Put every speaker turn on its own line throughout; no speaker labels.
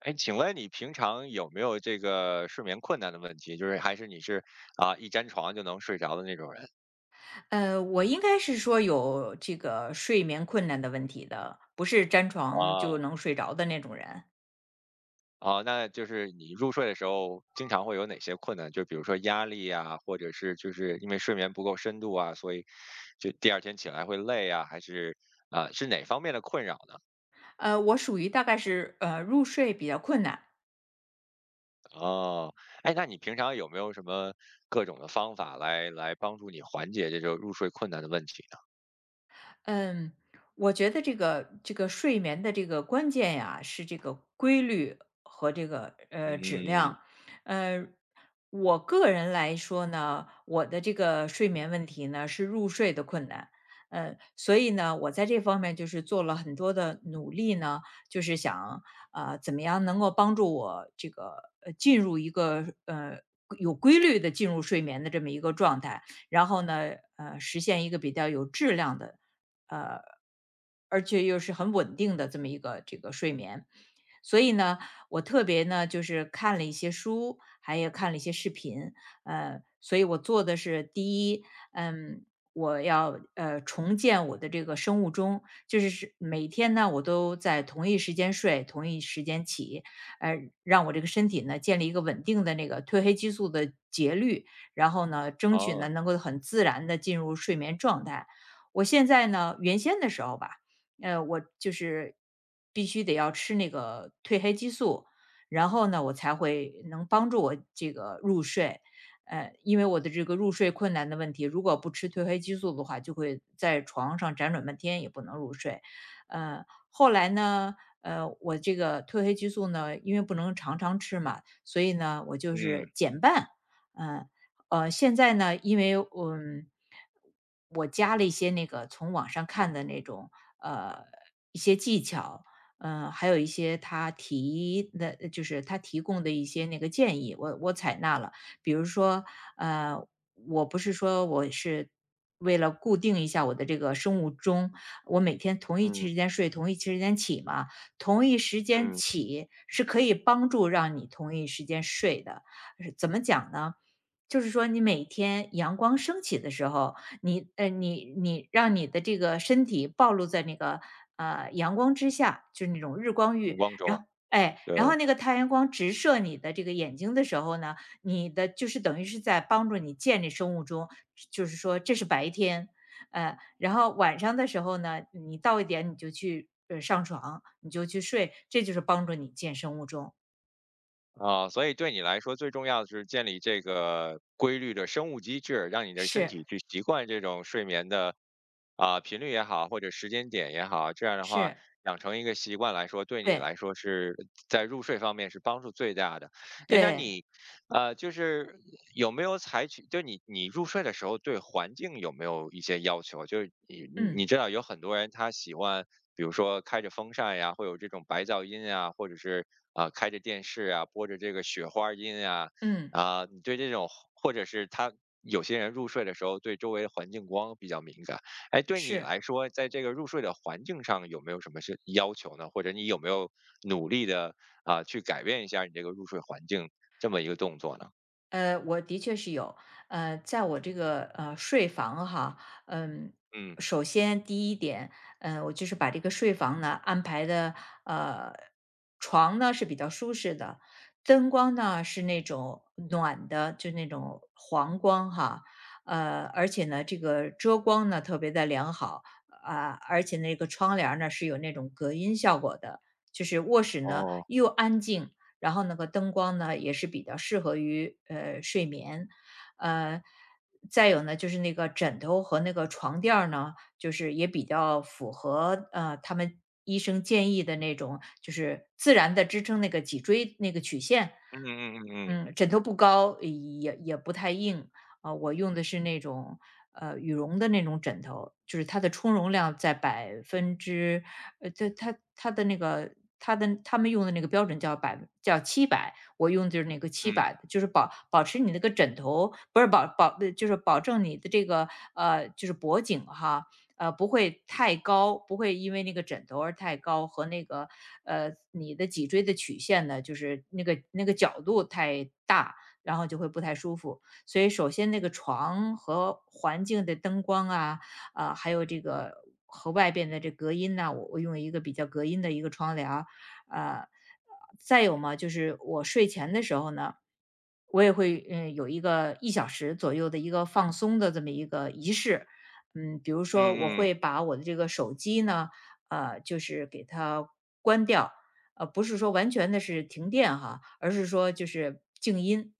哎，请问你平常有没有这个睡眠困难的问题？就是还是你是啊，一沾床就能睡着的那种人
我应该是说有这个睡眠困难的问题的，不是粘床就
啊？
能睡着的那种人。
哦，那就是你入睡的时候经常会有哪些困难？就比如说压力呀，或者是就是因为睡眠不够深度啊，所以就第二天起来会累啊，还是啊是哪方面的困扰呢？
我属于大概是入睡比较困难。
哦，哎，那你平常有没有什么各种的方法来帮助你缓解这种入睡困难的问题呢？
嗯，我觉得这个睡眠的这个关键呀，是这个规律和这个质
嗯，
量。呃，我个人来说呢，我的这个睡眠问题呢是入睡的困难。所以呢，我在这方面就是做了很多的努力呢，就是想怎么样能够帮助我这个进入一个有规律的进入睡眠的这么一个状态，然后呢，实现一个比较有质量的呃而且又是很稳定的这么一个这个睡眠。所以呢，我特别呢就是看了一些书，还有看了一些视频。所以我做的是第一，嗯，我要重建我的这个生物钟，就是每天呢我都在同一时间睡，同一时间起。呃，让我这个身体呢建立一个稳定的那个褪黑激素的节律，然后呢，争取呢
哦，
能够很自然的进入睡眠状态。我现在呢，原先的时候吧，我就是必须得要吃那个褪黑激素，然后呢，我才会能帮助我这个入睡。因为我的这个入睡困难的问题，如果不吃褪黑激素的话，就会在床上辗转半天也不能入睡。呃，后来呢，我这个褪黑激素呢，因为不能常常吃嘛，所以呢，我就
嗯
是减半。嗯、现在呢，因为我加了一些那个从网上看的那种呃一些技巧。还有一些他提的，就是他提供的一些那个建议，我采纳了。比如说，呃，我不是说我是为了固定一下我的这个生物钟，我每天同一
嗯
时间睡，同一时间起嘛，同一时间
嗯。
起是可以帮助让你同一时间睡的。是怎么讲呢？就是说你每天阳光升起的时候，你让你的这个身体暴露在那个，阳光之下，就是那种日光
阳
浴，
光
然
中，
后哎，
对，
然后那个太阳光直射你的这个眼睛的时候呢，你的就是等于是在帮助你建立生物钟，就是说这是白天。然后晚上的时候呢，你到一点你就去，上床，你就去睡，这就是帮助你建生物钟。
啊，所以对你来说最重要的是建立这个规律的生物机制，让你的身
是，
体去习惯这种睡眠的啊频率也好，或者时间点也好，这样的话
是，
养成一个习惯来说，对你
对，
来说是在入睡方面是帮助最大的。哎，那
对，
你就是有没有采取，就你入睡的时候对环境有没有一些要求？就是你你
嗯，
你知道有很多人他喜欢，比如说开着风扇呀，会有这种白噪音呀，或者是啊、开着电视啊，播着这个雪花音呀，
嗯。
啊、你对这种或者是他有些人入睡的时候对周围的环境光比较敏感。哎，对你
是，
来说，在这个入睡的环境上有没有什么是要求呢？或者你有没有努力的啊、去改变一下你这个入睡环境这么一个动作呢？
我的确是有。在我这个睡房哈。嗯，
嗯，
首先第一点，我就是把这个睡房呢安排的，呃，床呢是比较舒适的，灯光呢是那种暖的，就那种黄光哈。而且呢这个遮光呢特别的良好啊，而且那个窗帘儿呢是有那种隔音效果的，就是卧室呢
哦，
又安静。然后那个灯光呢，也是比较适合于睡眠。呃，再有呢就是那个枕头和那个床垫儿呢，就是也比较符合他们医生建议的那种，就是自然的支撑那个脊椎那个曲线。
嗯嗯嗯
枕头不高，也不太硬。啊，我用的是那种羽绒的那种枕头，就是它的充绒量在百分之，它的那个他们用的那个标准叫七百，我用的就是那个七
嗯
百，就是保持你那个枕头，不是，保保呃就是保证你的这个就是脖颈哈。不会太高，不会因为那个枕头而太高，和那个你的脊椎的曲线呢，就是那个角度太大，然后就会不太舒服。所以首先那个床和环境的灯光啊，啊，还有这个和外边的这隔音呐，我用一个比较隔音的一个窗帘儿。呃，再有嘛，就是我睡前的时候呢，我也会有一个1小时左右的一个放松的这么一个仪式。比如
嗯
说我
嗯嗯，
会把我的这个手机呢，就是给它关掉。不是说完全的是停电哈，而是说就是静音。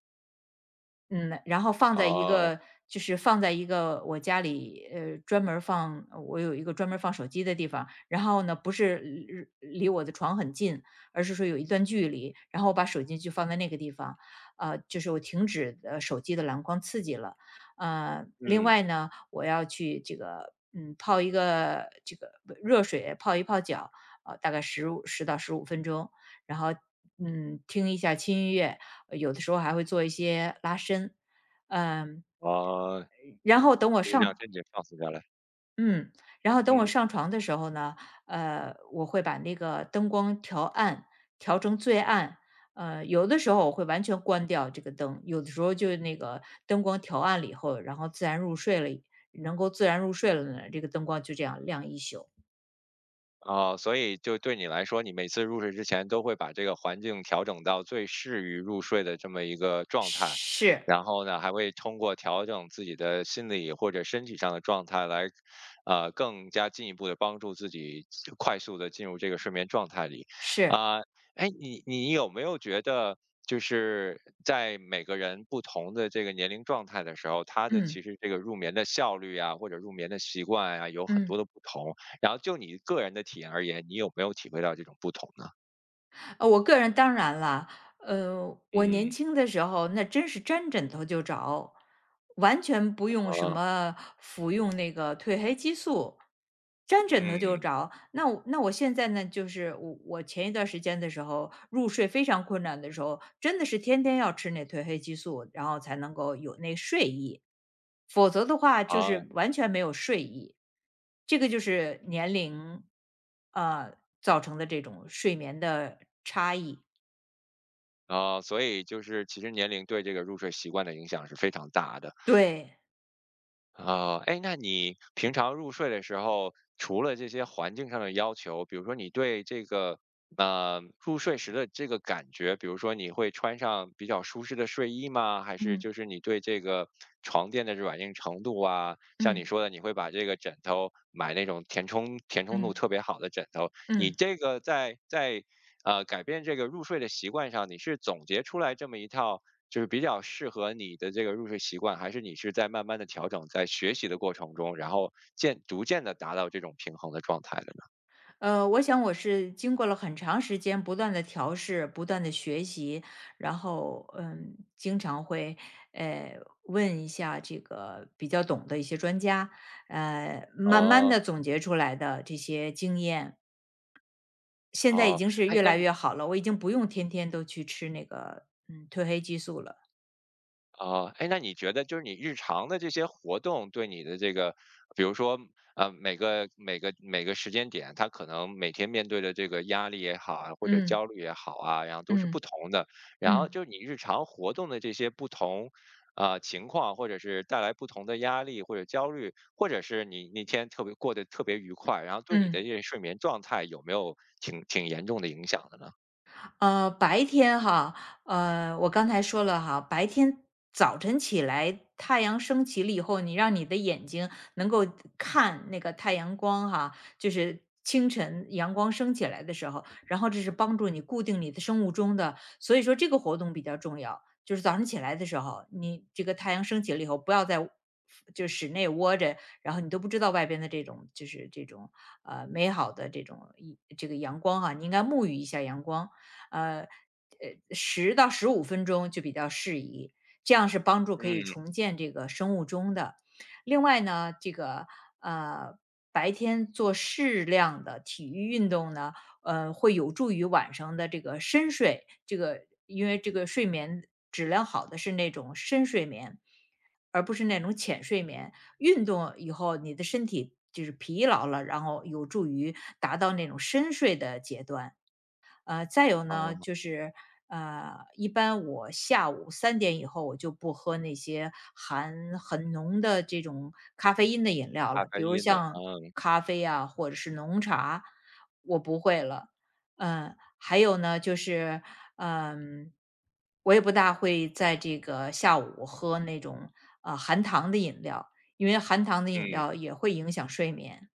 嗯，然后放在一
啊、
个，就是放在一个我家里，专门儿放，我有一个专门儿放手机的地方，然后呢，不是离我的床很近，而是说有一段距离，然后我把手机就放在那个地方。就是我停止手机的蓝光刺激了。另
嗯
外呢，我要去这个泡一个这个不热水泡一泡脚。大概十到十五分钟，然后听一下轻音乐。有的时候还会做一些拉伸。嗯，
啊，
然后等我
让
上
身体放松下来，
嗯，然后等我
嗯。
上床的时候呢，我会把那个灯光调暗，调成最暗。有的时候我会完全关掉这个灯，有的时候就那个灯光调暗了以后，然后自然入睡了，能够自然入睡了呢，这个灯光就这样亮一宿。
哦，所以就对你来说，你每次入睡之前都会把这个环境调整到最适于入睡的这么一个状态，
是，
然后呢，还会通过调整自己的心理或者身体上的状态来，更加进一步的帮助自己快速的进入这个睡眠状态里。
是，
哎，你有没有觉得，就是在每个人不同的这个年龄状态的时候，他的其
嗯
实这个入眠的效率啊，或者入眠的习惯啊，有很多
嗯。
的不同。然后就你个人的体验而言，你有没有体会到这种不同呢？
我个人当然了。我年
嗯，
轻的时候那真是沾枕头就着，完全不用什
啊，
么服用那个褪黑激素，沾枕头就
嗯，
着。那我现在呢，就是我前一段时间的时候入睡非常困难的时候，真的是天天要吃那褪黑激素，然后才能够有那睡意。否则的话就
啊，
是完全没有睡意。这个就是年龄，呃，造成的这种睡眠的差异。
啊，所以就是其实年龄对这个入睡习惯的影响是非常大的。
对。
哦，哎，那你平常入睡的时候，除了这些环境上的要求，比如说你对这个入睡时的这个感觉，比如说你会穿上比较舒适的睡衣吗？还是
嗯
就是你对这个床垫的软硬程度啊，像你
嗯
说的，你会把这个枕头买那种填充度
嗯
特别好的枕头，你
嗯。
这个在改变这个入睡的习惯上，你是总结出来这么一套就是比较适合你的这个入睡习惯，还是你是在慢慢的调整，在学习的过程中，然后逐渐的达到这种平衡的状态的呢？
我想我是经过了很长时间不断的调试、不断的学习，然后，经常会，呃，问一下这个比较懂的一些专家，慢慢
哦
的总结出来的这些经验。现在已
哦，
经是
哎，
越
那
来
你
越好了，我已经不用天天都去吃那个，褪黑激素了。
哦，哎，那你觉得就是你日常的这些活动对你的这个，比如说，每个时间点，他可能每天面对的这个压力也好啊，或者
嗯
焦虑也好啊，然后都是不
嗯嗯
同的。然后
嗯
就是你日常活动的这些不同，啊情况，或者是带来不同的压力或者焦虑，或者是你那天特别过得特别愉快，然后对你
嗯。
的这个睡眠状态有没有挺严重的影响的呢？
白天哈，我刚才说了哈。白天早晨起来，太阳升起了以后，你让你的眼睛能够看那个太阳光哈，就是清晨阳光升起来的时候，然后这是帮助你固定你的生物钟的，所以说这个活动比较重要。就是早上起来的时候，你这个太阳升起了以后，不要就室内窝着，然后你都不知道外边的这种就是这种美好的这种这个阳光哈，你应该沐浴一下阳光。呃呃十到十五分钟就比较适宜，这样是帮助可以
嗯，
重建这个生物钟的。另外呢，这个呃白天做适量的体育运动呢，会有助于晚上的这个深睡，这个因为这个睡眠质量好的是那种深睡眠，而不是那种浅睡眠。运动以后，你的身体就是疲劳了，然后有助于达到那种深睡的阶段。再有呢，
哦，
就是一般我下午3点以后我就不喝那些含很浓的这种咖啡因的饮料
咖
了，比
啡
如
因的，
像
嗯
咖啡啊，或者是浓茶，我不会了。还有呢，就是嗯，我也不大会在这个下午喝那种，含糖的饮料，因为含糖的饮
嗯。
料也会影响睡眠。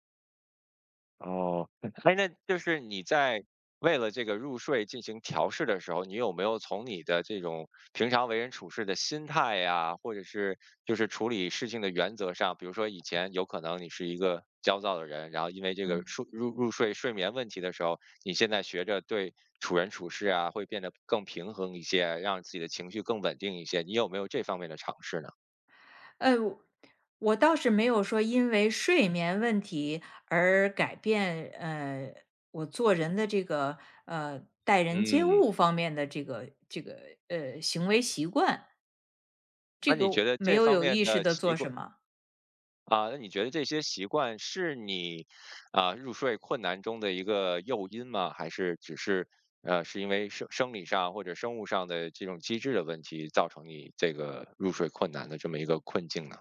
哦，哎，那就是你在为了这个入睡进行调试的时候，你有没有从你的这种平常为人处事的心态呀，或者是就是处理事情的原则上，比如说以前有可能你是一个焦躁的人，然后因为这个
嗯。
睡入入睡睡眠问题的时候，你现在学着对处人处事啊，会变得更平衡一些，让自己的情绪更稳定一些，你有没有这方面的尝试呢？
呃，我倒是没有说因为睡眠问题而改变，我做人的这个待人接
嗯，
物方面的这个行为习惯，
那
这
你
个
觉得
没
这
有
方
有
面
意识
的
的
习
做
惯？
什么。
啊，那你觉得这些习惯是你啊入睡困难中的一个诱因吗？还是只是是因为生理上或者生物上的这种机制的问题，造成你这个入睡困难的这么一个困境呢？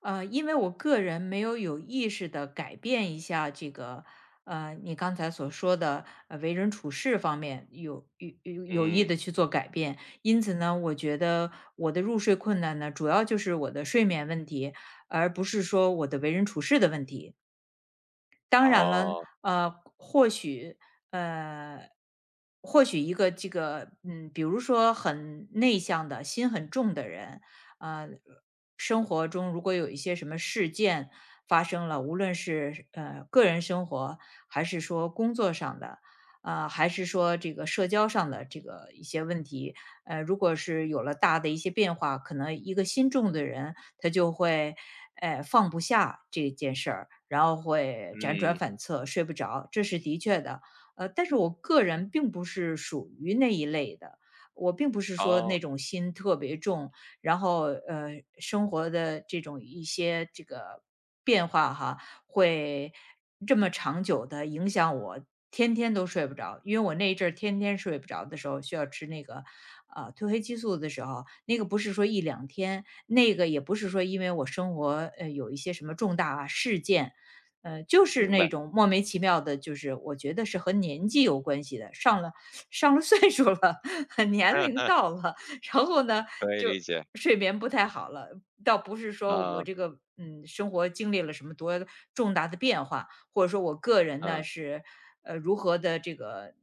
因为我个人没有有意识的改变一下这个，你刚才所说的，为人处事方面有意
嗯，
的去做改变，因此呢，我觉得我的入睡困难呢，主要就是我的睡眠问题，而不是说我的为人处事的问题。当然了，
哦，
或许，呃，或许一个这个，嗯，比如说很内向的心很重的人，呃，生活中如果有一些什么事件发生了，无论是个人生活，还是说工作上的，啊、还是说这个社交上的这个一些问题，如果是有了大的一些变化，可能一个心重的人他就会，哎，放不下这件事儿，然后会辗转
嗯，
反侧，睡不着，这是的确的。但是我个人并不是属于那一类的，我并不是说
哦，
那种心特别重，然后，生活的这种一些这个变化哈，会这么长久的影响我天天都睡不着。因为我那一阵儿天天睡不着的时候，需要吃那个，褪黑激素的时候，那个不是说一两天，那个也不是说因为我生活有一些什么重大啊事件，就是
明
那
白，
种莫名其妙的，就是我觉得是和年纪有关系的，上了岁数了，年龄 到了，然后呢
可以
就
理解，
睡眠不太好了，倒不是说我
啊，
这个嗯生活经历了什么多重大的变化，或者说我个人呢
嗯
是如何的这个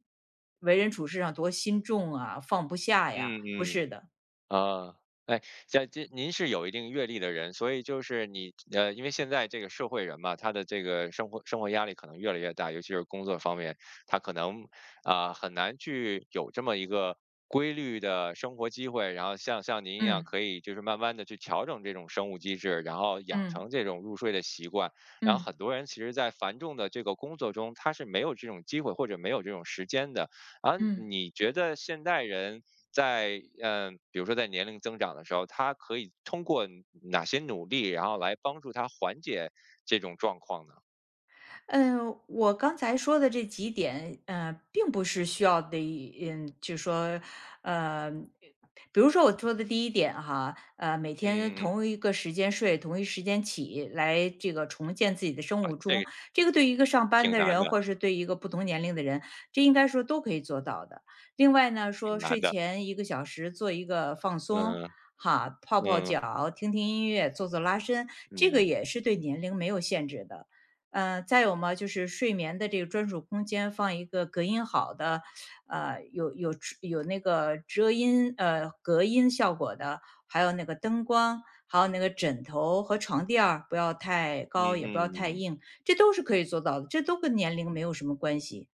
为人处事上多心重啊，放不下呀，
嗯
不
嗯。
是的，
啊，哎，像这您是有一定阅历的人，所以就是你因为现在这个社会人嘛，他的这个生活压力可能越来越大，尤其是工作方面，他可能啊、很难去有这么一个规律的生活机会，然后像您一样，
嗯
可以就是慢慢的去调整这种生物机制，然后养
嗯
成这种入睡的习惯。然后
嗯。
很多人其实，在繁重的这个工作中，他是没有这种机会或者没有这种时间的。啊，
嗯，
你觉得现代人在嗯、比如说在年龄增长的时候，他可以通过哪些努力，然后来帮助他缓解这种状况呢？
呃，我刚才说的这几点，并不是需要的就是说，呃，比如说我说的第一点哈，每
嗯
天
嗯嗯，
同一个时间睡，同一时间起来，这个重建自己的生
啊，
物
这
钟，
个
这个对于一个上班
挺
的
难
人，
的，
或者是对一个不同年龄的人，这应该说都可以做到的。另外呢，
挺
说
难
睡
的。
前1个小时做一个放松。
嗯
哈，泡泡
嗯
脚，听听音乐，做做拉伸，这个
嗯
也是对年龄没有限制的。嗯，再有嘛，就是睡眠的这个专属空间放一个隔音好的，有那个遮音隔音效果的，还有那个灯光，还有那个枕头和床垫儿不要太
嗯
高，也不要太
嗯嗯。
硬，这都是可以做到的，这都跟年龄没有什么关系。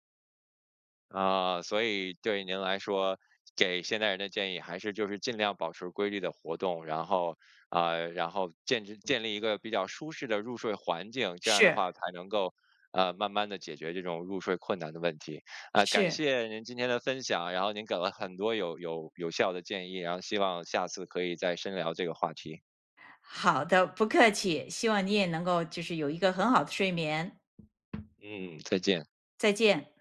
啊，所以对您来说，给现代人的建议还是就是尽量保持规律的活动，然后啊、然后建立一个比较舒适的入睡环境，这样的
是，
话才能够慢慢的解决这种入睡困难的问题。啊、感
是，
谢您今天的分享，然后您给了很多有有效的建议，然后希望下次可以再深聊这个话题。
好的，不客气，希望你也能够就是有一个很好的睡眠，
嗯，再见。
再见。